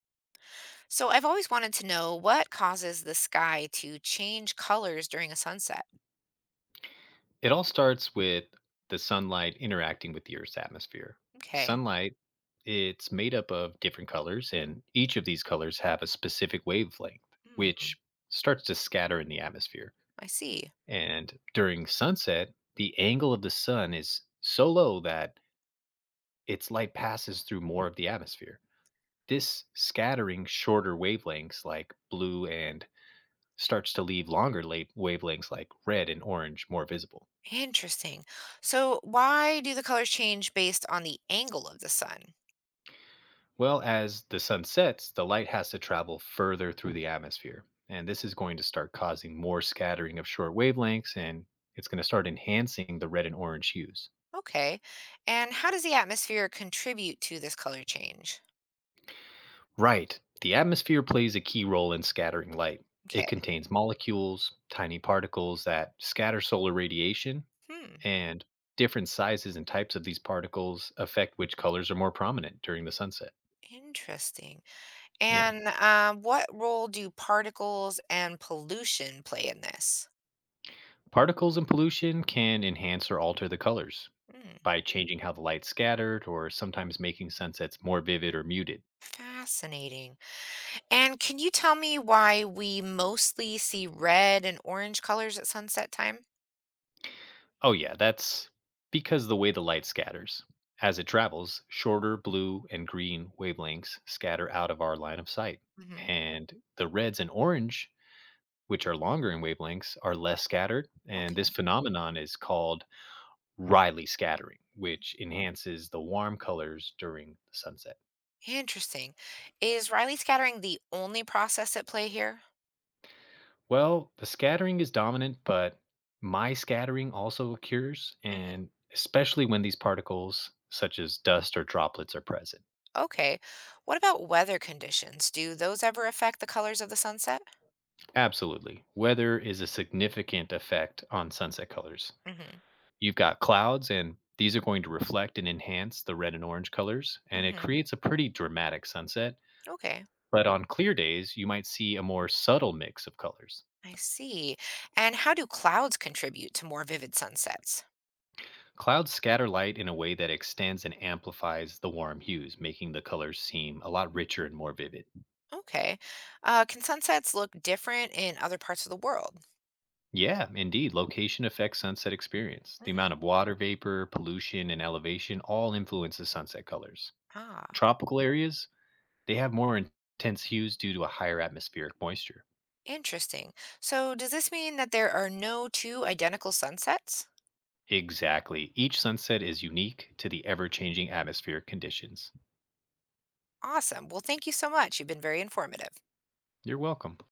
So I've always wanted to know what causes the sky to change colors during a sunset. It all starts with the sunlight interacting with the Earth's atmosphere. Okay. Sunlight, it's made up of different colors, and each of these colors have a specific wavelength, Hmm. which starts to scatter in the atmosphere. I see. And during sunset, the angle of the sun is so low that its light passes through more of the atmosphere. This scattering shorter wavelengths like blue and starts to leave longer wavelengths like red and orange more visible. Interesting. So why do the colors change based on the angle of the sun? Well, as the sun sets, the light has to travel further through the atmosphere. And this is going to start causing more scattering of short wavelengths and it's going to start enhancing the red and orange hues. Okay. And how does the atmosphere contribute to this color change? Right. The atmosphere plays a key role in scattering light. It Okay. contains molecules, tiny particles that scatter solar radiation, Hmm. and different sizes and types of these particles affect which colors are more prominent during the sunset. Interesting. Yeah. And what role do particles and pollution play in this? Particles and pollution can enhance or alter the colors, Hmm. by changing how the light scattered or sometimes making sense that's more vivid or muted. Fascinating. And can you tell me why we mostly see red and orange colors at sunset time? Oh, yeah, that's because the way the light scatters. As it travels, shorter blue and green wavelengths scatter out of our line of sight. Hmm. And the reds and orange, which are longer in wavelengths, are less scattered. And Okay, this phenomenon is called Rayleigh scattering, which enhances the warm colors during the sunset. interesting. Is Riley scattering the only process at play here? Well, the scattering is dominant, but my scattering also occurs, Hmm. and especially when these particles, such as dust or droplets, are present. Okay. What about weather conditions? Do those ever affect the colors of the sunset? Absolutely. Weather is a significant effect on sunset colors. Hmm. You've got clouds, and these are going to reflect and enhance the red and orange colors, and it Hmm. creates a pretty dramatic sunset. Okay, But on clear days, you might see a more subtle mix of colors. I see. And how do clouds contribute to more vivid sunsets? Clouds scatter light in a way that extends and amplifies the warm hues, making the colors seem a lot richer and more vivid. Okay. Can sunsets look different in other parts of the world? Yeah, indeed. Location affects sunset experience. The amount Mm. of water vapor, pollution, and elevation all influences sunset colors. Ah. Tropical areas, they have more intense hues due to a higher atmospheric moisture. Interesting. So, does this mean that there are no two identical sunsets? Exactly. Each sunset is unique to the ever changing atmospheric conditions. Awesome. Well, thank you so much. You've been very informative. You're welcome.